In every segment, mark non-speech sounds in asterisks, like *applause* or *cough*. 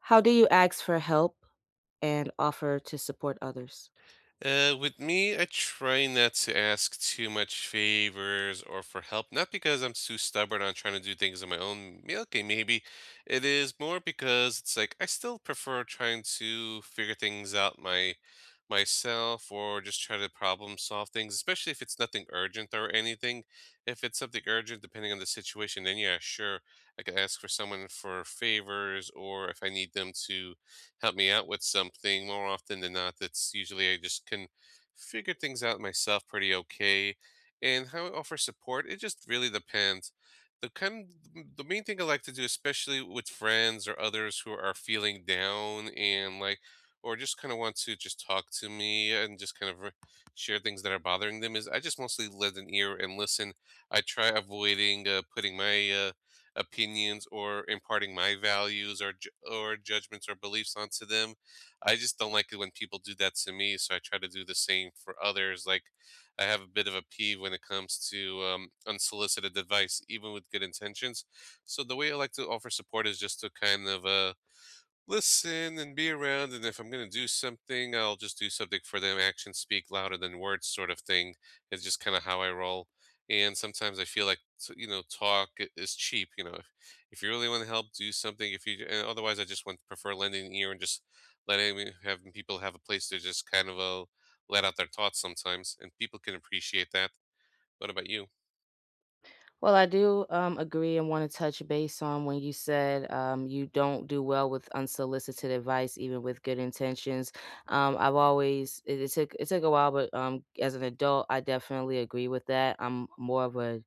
How do you ask for help and offer to support others? With me, I try not to ask too much favors or for help, not because I'm too stubborn on trying to do things on my own. Yeah, okay, maybe it is more because it's like I still prefer trying to figure things out my myself or just try to problem solve things, especially if it's nothing urgent or anything. If it's something urgent, depending on the situation, then yeah, sure, I could ask for someone for favors or if I need them to help me out with something. More often than not, that's usually I just can figure things out myself pretty okay. And how I offer support, it just really depends. The kind the main thing I like to do, especially with friends or others who are feeling down and like or just kind of want to just talk to me and just kind of share things that are bothering them is I just mostly lend an ear and listen. I try avoiding putting my opinions or imparting my values or judgments or beliefs onto them. I just don't like it when people do that to me, so I try to do the same for others. Like I have a bit of a peeve when it comes to unsolicited advice, even with good intentions. So the way I like to offer support is just to kind of listen and be around, and if I'm going to do something, I'll just do something for them. Actions speak louder than words, sort of thing. It's just kind of how I roll. And sometimes I feel like talk is cheap. If you really want to help, do something if you. And otherwise I just want prefer lending an ear and just having people have a place to just kind of let out their thoughts sometimes, and people can appreciate that. What about you? Well, I do agree and want to touch base on when you said you don't do well with unsolicited advice, even with good intentions. Um, it took a while, but as an adult, I definitely agree with that. I'm more of a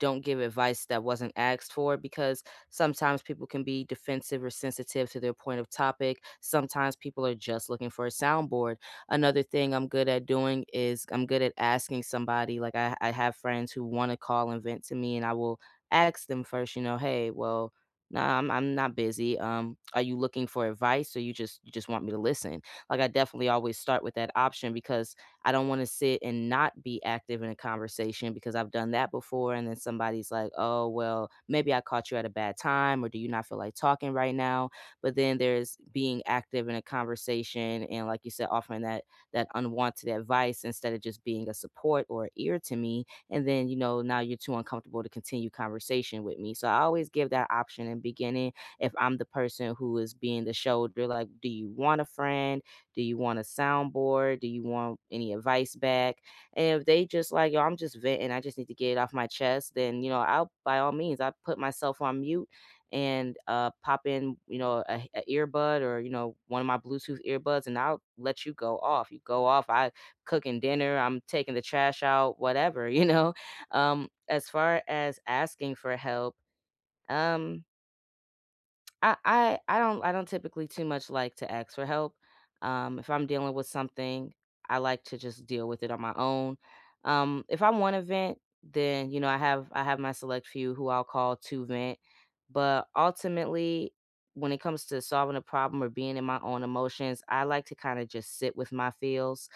don't give advice that wasn't asked for because sometimes people can be defensive or sensitive to their point of topic. Sometimes people are just looking for a soundboard. Another thing I'm good at doing is I'm good at asking somebody, like I have friends who wanna call and vent to me, and I will ask them first, you know, "Hey, well, nah, I'm not busy. Are you looking for advice or you just want me to listen?" Like, I definitely always start with that option because I don't wanna sit and not be active in a conversation because I've done that before, and then somebody's like, "Oh, well, maybe I caught you at a bad time," or, "Do you not feel like talking right now?" But then there's being active in a conversation and like you said offering that unwanted advice instead of just being a support or a ear to me, and then you know now you're too uncomfortable to continue conversation with me. So I always give that option in beginning. If I'm the person who is being the shoulder, like do you want a friend, do you want a soundboard, do you want any advice back? And if they just like, yo, I'm just venting, I just need to get it off my chest, then you know I'll by all means I put myself on mute and pop in, you know, a earbud or you know one of my Bluetooth earbuds, and I'll let you go off. You go off. I cooking dinner. I'm taking the trash out. Whatever, *laughs* you know. As far as asking for help, um, I don't I don't typically too much like to ask for help. If I'm dealing with something, I like to just deal with it on my own. If I want to vent, then you know I have my select few who I'll call to vent. But ultimately, when it comes to solving a problem or being in my own emotions, I like to kind of just sit with my feels,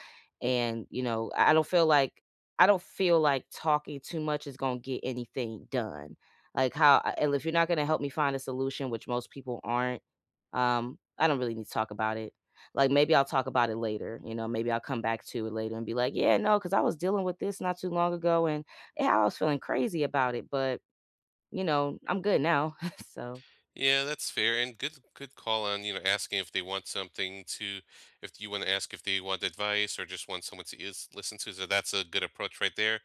and you know I don't feel like I don't feel like talking too much is gonna get anything done. Like, how I and if you're not gonna help me find a solution, which most people aren't, I don't really need to talk about it. Like, maybe I'll talk about it later, you know, maybe I'll come back to it later and be like, "Yeah, no, because I was dealing with this not too long ago, and, yeah, I was feeling crazy about it, but, you know, I'm good now." *laughs* So, Yeah, that's fair, and good call on, you know, asking if they want something to if you want to ask if they want advice or just want someone to is listen to. So that's a good approach right there.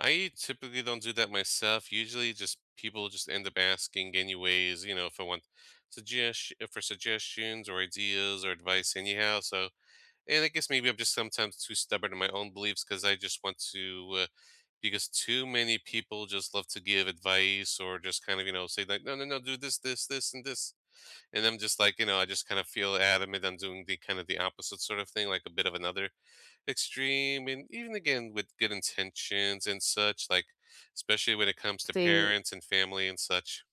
I typically don't do that myself. Usually just people just end up asking anyways, you know, if I want suggestions or ideas or advice anyhow. So and I guess maybe I'm just sometimes too stubborn in my own beliefs because I just want to because too many people just love to give advice or just kind of, you know, say like no no no, do this this this and this, and I'm just like, you know, I just kind of feel adamant on doing the kind of the opposite sort of thing, like a bit of another extreme. And even again with good intentions and such, like especially when it comes to see, parents and family and such.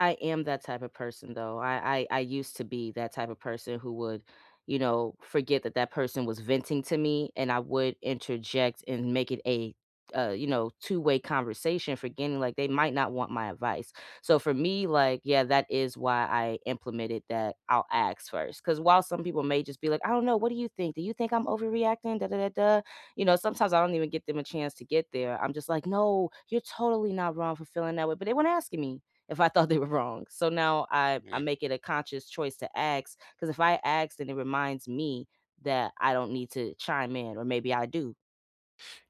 I am that type of person though. I used to be that type of person who would, you know, forget that that person was venting to me, and I would interject and make it a, you know, two-way conversation, forgetting like they might not want my advice. So for me, like, yeah, that is why I implemented that. I'll ask first, because while some people may just be like, I don't know, what do you think? Do you think I'm overreacting? Da da da da. You know, sometimes I don't even get them a chance to get there. I'm just like, no, you're totally not wrong for feeling that way, but they weren't asking me if I thought they were wrong. So now I eh, make it a conscious choice to ask because if I ask, then it reminds me that I don't need to chime in, or maybe I do.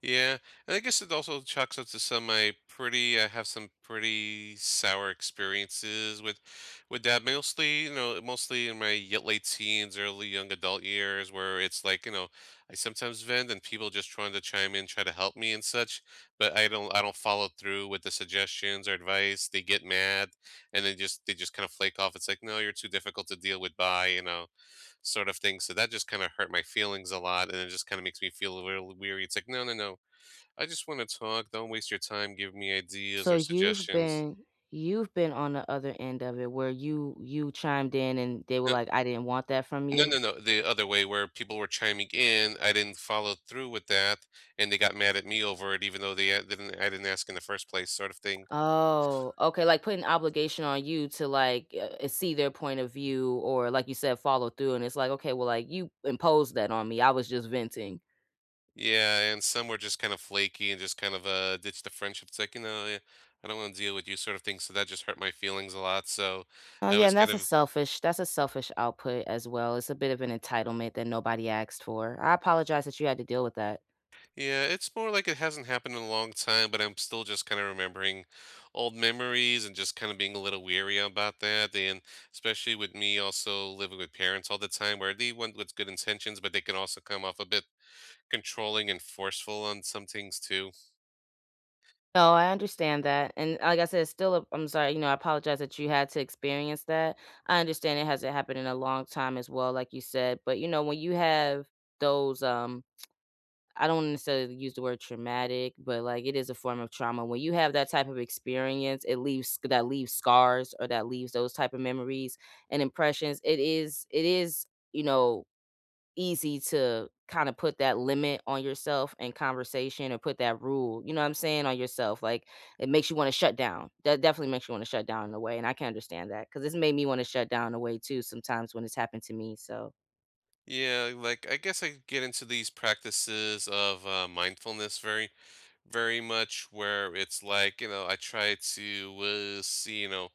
Yeah, and I guess it also chalks up to some my pretty I have some pretty sour experiences with that mostly, you know, mostly in my late teens, early young adult years where it's like, you know, I sometimes vent and people just trying to chime in, try to help me and such, but I don't follow through with the suggestions or advice. They get mad, and then just they just kind of flake off. It's like, "No, you're too difficult to deal with, bye," you know, sort of thing. So that just kind of hurt my feelings a lot, and it just kind of makes me feel a little weary. It's like, "No, no, no, I just wanna talk, don't waste your time, give me ideas So or you've suggestions." been, you've been on the other end of it where you chimed in and they were N like, I didn't want that from No, you. no, no, the other way where people were chiming in, I didn't follow through with that, and they got mad at me over it even though they a didn't I didn't ask in the first place sort of thing. Oh, okay. Like putting obligation on you to like see their point of view, or like you said, follow through. And it's like, okay, well, like you imposed that on me. I was just venting. Yeah, and some were just kind of flaky and just kind of, ditched the friendship. It's like, "You know, I don't wanna deal with you," sort of thing, so that just hurt my feelings a lot, so Oh, I yeah, was and kind that's a of. selfish, that's a selfish output as well. It's a bit of an entitlement that nobody asked for. I apologize that you had to deal with that. Yeah, it's more like it hasn't happened in a long time, but I'm still just kind of remembering old memories and just kind of being a little weary about that. And especially with me also living with parents all the time, where they want with good intentions, but they can also come off a bit controlling and forceful on some things too. No, I understand that. And like I said, it's still a, I'm sorry, you know, I apologize that you had to experience that. I understand it hasn't happened in a long time as well, like you said. But you know, when you have those I don't necessarily use the word traumatic, but like it is a form of trauma. When you have that type of experience, it leaves that leaves scars or that leaves those type of memories and impressions. It is, it is, you know, easy to kind of put that limit on yourself in conversation or put that rule, you know what I'm saying, on yourself. Like it makes you want to shut down. That definitely makes you want to shut down in a way. And I can understand that because it's made me want to shut down in a way too sometimes when it's happened to me. So, Yeah, like I guess I get into these practices of mindfulness very much where it's like, you know, I try to see, you know,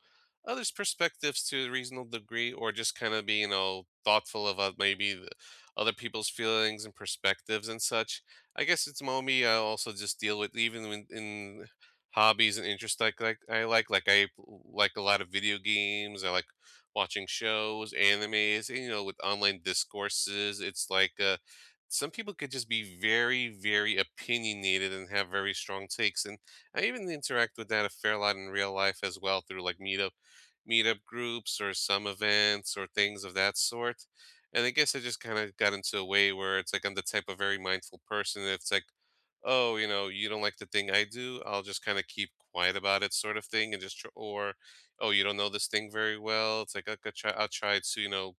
others perspectives to a reasonable degree or just kind of be, you know, thoughtful about maybe the other people's feelings and perspectives and such. I guess it's mommy I also just deal with even when in hobbies and interests, like I like I like a lot of video games. I like watching shows, animes, and, you know, with online discourses, it's like some people could just be very, very opinionated and have very strong takes. And I even interact with that a fair lot in real life as well through like meetup groups or some events or things of that sort. And I guess I just kind of got into a way where it's like I'm the type of very mindful person. And It's like, oh, you know, you don't like the thing I do. I'll just kind of keep quiet about it, sort of thing, and just oh, you don't know this thing very well. It's like I'll try. I'll try to, you know,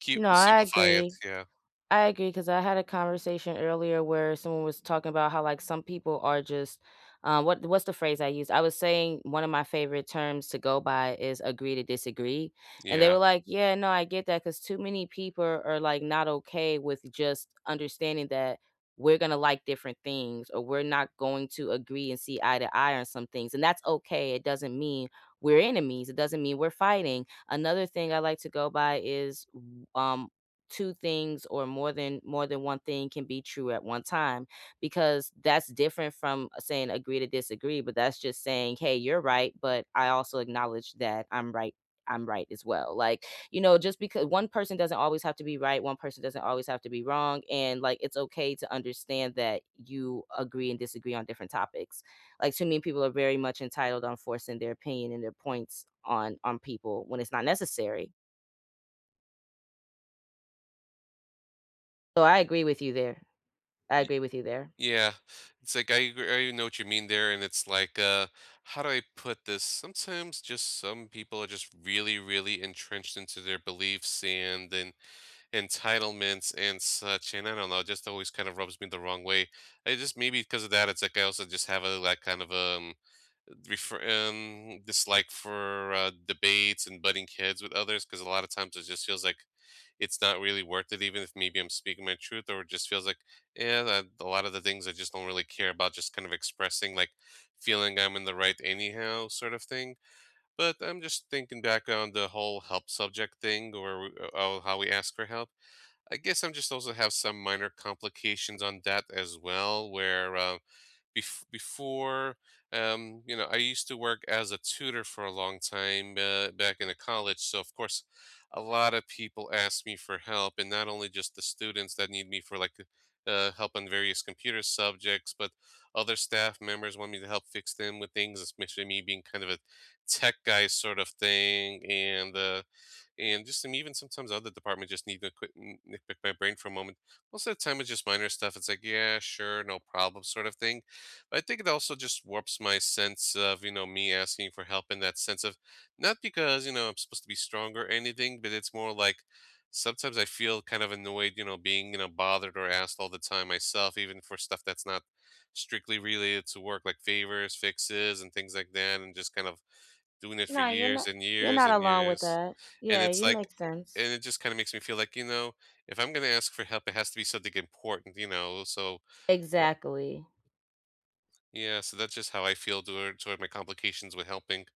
keep no, I simplify it. agree. Yeah, I agree because I had a conversation earlier where someone was talking about how like some people are just what what's the phrase I used? I was saying one of my favorite terms to go by is agree to disagree, and they yeah. were like, "Yeah, no, I get that," because too many people are like not okay with just understanding that we're gonna like different things or we're not going to agree and see eye to eye on some things, and that's okay. It doesn't mean we're enemies. It doesn't mean we're fighting. Another thing I like to go by is um two things or more than, more than one thing can be true at one time because that's different from saying agree to disagree, but that's just saying hey you're right but I also acknowledge that I'm right as well. Like you know just because one person doesn't always have to be right, one person doesn't always have to be wrong, and like it's okay to understand that you agree and disagree on different topics. Like too many people are very much entitled on forcing their opinion and their points on people when it's not necessary. So I agree with you there. I agree with you there. Yeah, it's like I know what you mean there, and it's like, how do I put this? Sometimes just some people are just really, really entrenched into their beliefs and then entitlements and such, and I don't know, it just always kind of rubs me the wrong way. I just maybe because of that, it's like I also just have a like kind of a refer dislike for debates and butting heads with others because a lot of times it just feels like it's not really worth it even if maybe I'm speaking my truth. Or it just feels like yeah that, a lot of the things I just don't really care about just kind of expressing, like feeling I'm in the right anyhow sort of thing. But I'm just thinking back on the whole help subject thing, or oh, how we ask for help. I guess I'm just also have some minor complications on that as well where bef- before you know, I used to work as a tutor for a long time back in the college, so of course a lot of people ask me for help, and not only just the students that need me for like help on various computer subjects, but other staff members want me to help fix them with things, especially me being kind of a tech guy sort of thing. And just some even sometimes other departments just need to quit and nitpick my brain for a moment. Most of the time, it's just minor stuff. It's like, yeah, sure, no problem, sort of thing. But I think it also just warps my sense of, you know, me asking for help in that sense of not because, you know, I'm supposed to be stronger or anything, but it's more like sometimes I feel kind of annoyed, you know, being, you know, bothered or asked all the time myself, even for stuff that's not strictly related to work, like favors, fixes, and things like that, and just kind of doing it for No, you're years not, and you're years not and alone with years. that. And Yeah, it's you like make and sense. it just kinda makes me feel like, you know, if I'm gonna ask for help, it has to be something important, you know, so. Right. Exactly. Yeah, so that's just how I feel toward toward my complications with helping.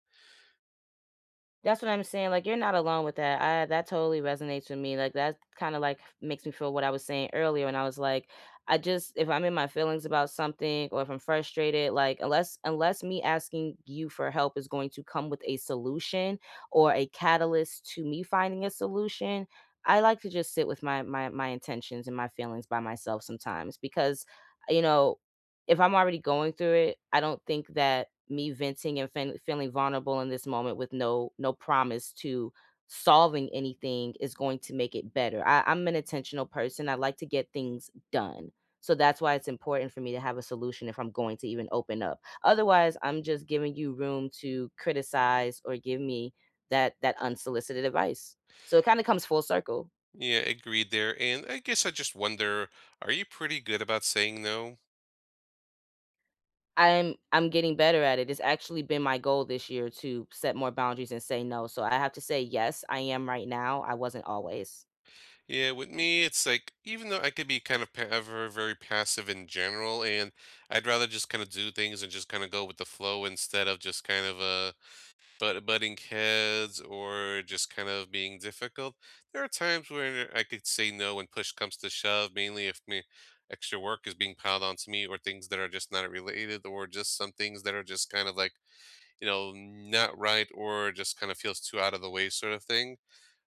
That's what I'm saying. Like you're not alone with that. I that totally resonates with me. Like that kind of like makes me feel what I was saying earlier when I was like, I just if I'm in my feelings about something or if I'm frustrated, like unless me asking you for help is going to come with a solution or a catalyst to me finding a solution, I like to just sit with my my intentions and my feelings by myself sometimes because you know if I'm already going through it, I don't think that me venting and fen feeling vulnerable in this moment with no promise to solving anything is going to make it better. I'm an intentional person. I like to get things done. So that's why it's important for me to have a solution if I'm going to even open up. Otherwise, I'm just giving you room to criticize or give me that unsolicited advice. So it kind of comes full circle. Yeah, agreed there, and I guess I just wonder, are you pretty good about saying no? I'm getting better at it. It's actually been my goal this year to set more boundaries and say no. So I have to say yes, I am right now. I wasn't always. Yeah, with me, it's like, even though I could be kind of pa ever very passive in general, and I'd rather just kinda do things and just kinda go with the flow instead of just kind of, butting heads or just kind of being difficult. There are times where I could say no when push comes to shove, mainly if me extra work is being piled onto me or things that are just not related or just some things that are just kind of like, you know, not right or just kind of feels too out of the way sort of thing.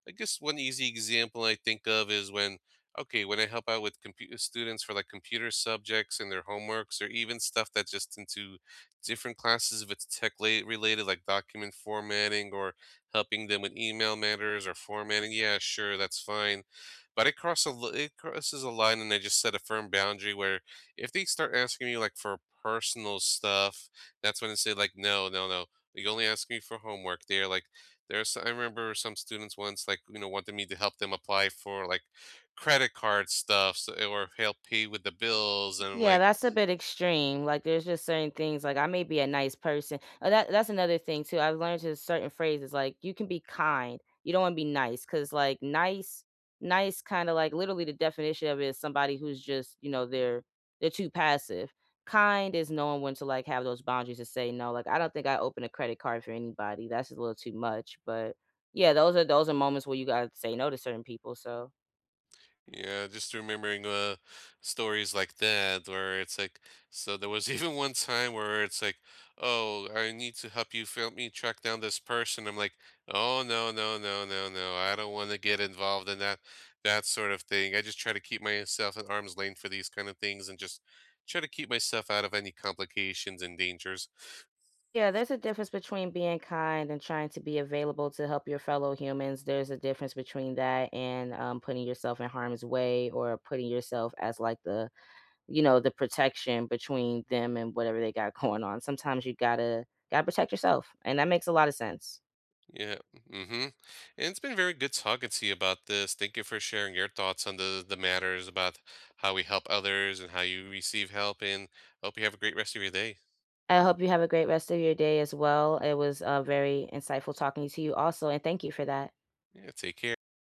I guess one easy example I think of is when, okay, when I help out with computer students for like computer subjects and their homeworks, or even stuff that's just into different classes if it's related, like document formatting or helping them with email matters or formatting. Yeah, sure, that's fine. But it, it crosses a line, and I just set a firm boundary where if they start asking me like for personal stuff, that's when I say like, no, no, no. You only ask me for homework. They're like, there's I remember some students once like, you know, wanted me to help them apply for like credit card stuff so, or help pay with the bills, and I'm Yeah, like. that's a bit extreme. Like, there's just certain things. Like, I may be a nice person. That's another thing too. I've learned to certain phrases. Like, you can be kind. You don't want to be nice because, like, nice, kind of like literally the definition of it is somebody who's just, you know, they're too passive. Kind is knowing when to like have those boundaries to say no. Like, I don't think I open a credit card for anybody. That's a little too much. But yeah, those are moments where you gotta say no to certain people. So. Yeah, just remembering stories like that where it's like so there was *laughs* even one time where it's like, "Oh, I need to help you help me track down this person." I'm like, "Oh, no, no, no, no, no. I don't want to get involved in that that sort of thing. I just try to keep myself at arm's length for these kind of things and just try to keep myself out of any complications and dangers." Yeah, there's a difference between being kind and trying to be available to help your fellow humans. There's a difference between that and putting yourself in harm's way or putting yourself as like the, you know, the protection between them and whatever they got *laughs* going on. Sometimes you gotta protect yourself, and that makes a lot of sense. Yeah. Mm-hmm. And it's been very good talking to you about this. Thank you for sharing your thoughts on the matters about how we help others and how you receive help. And hope you have a great rest of your day. I hope you have a great rest of your day as well. It was very insightful talking to you also, and thank you for that. Yeah. Take care.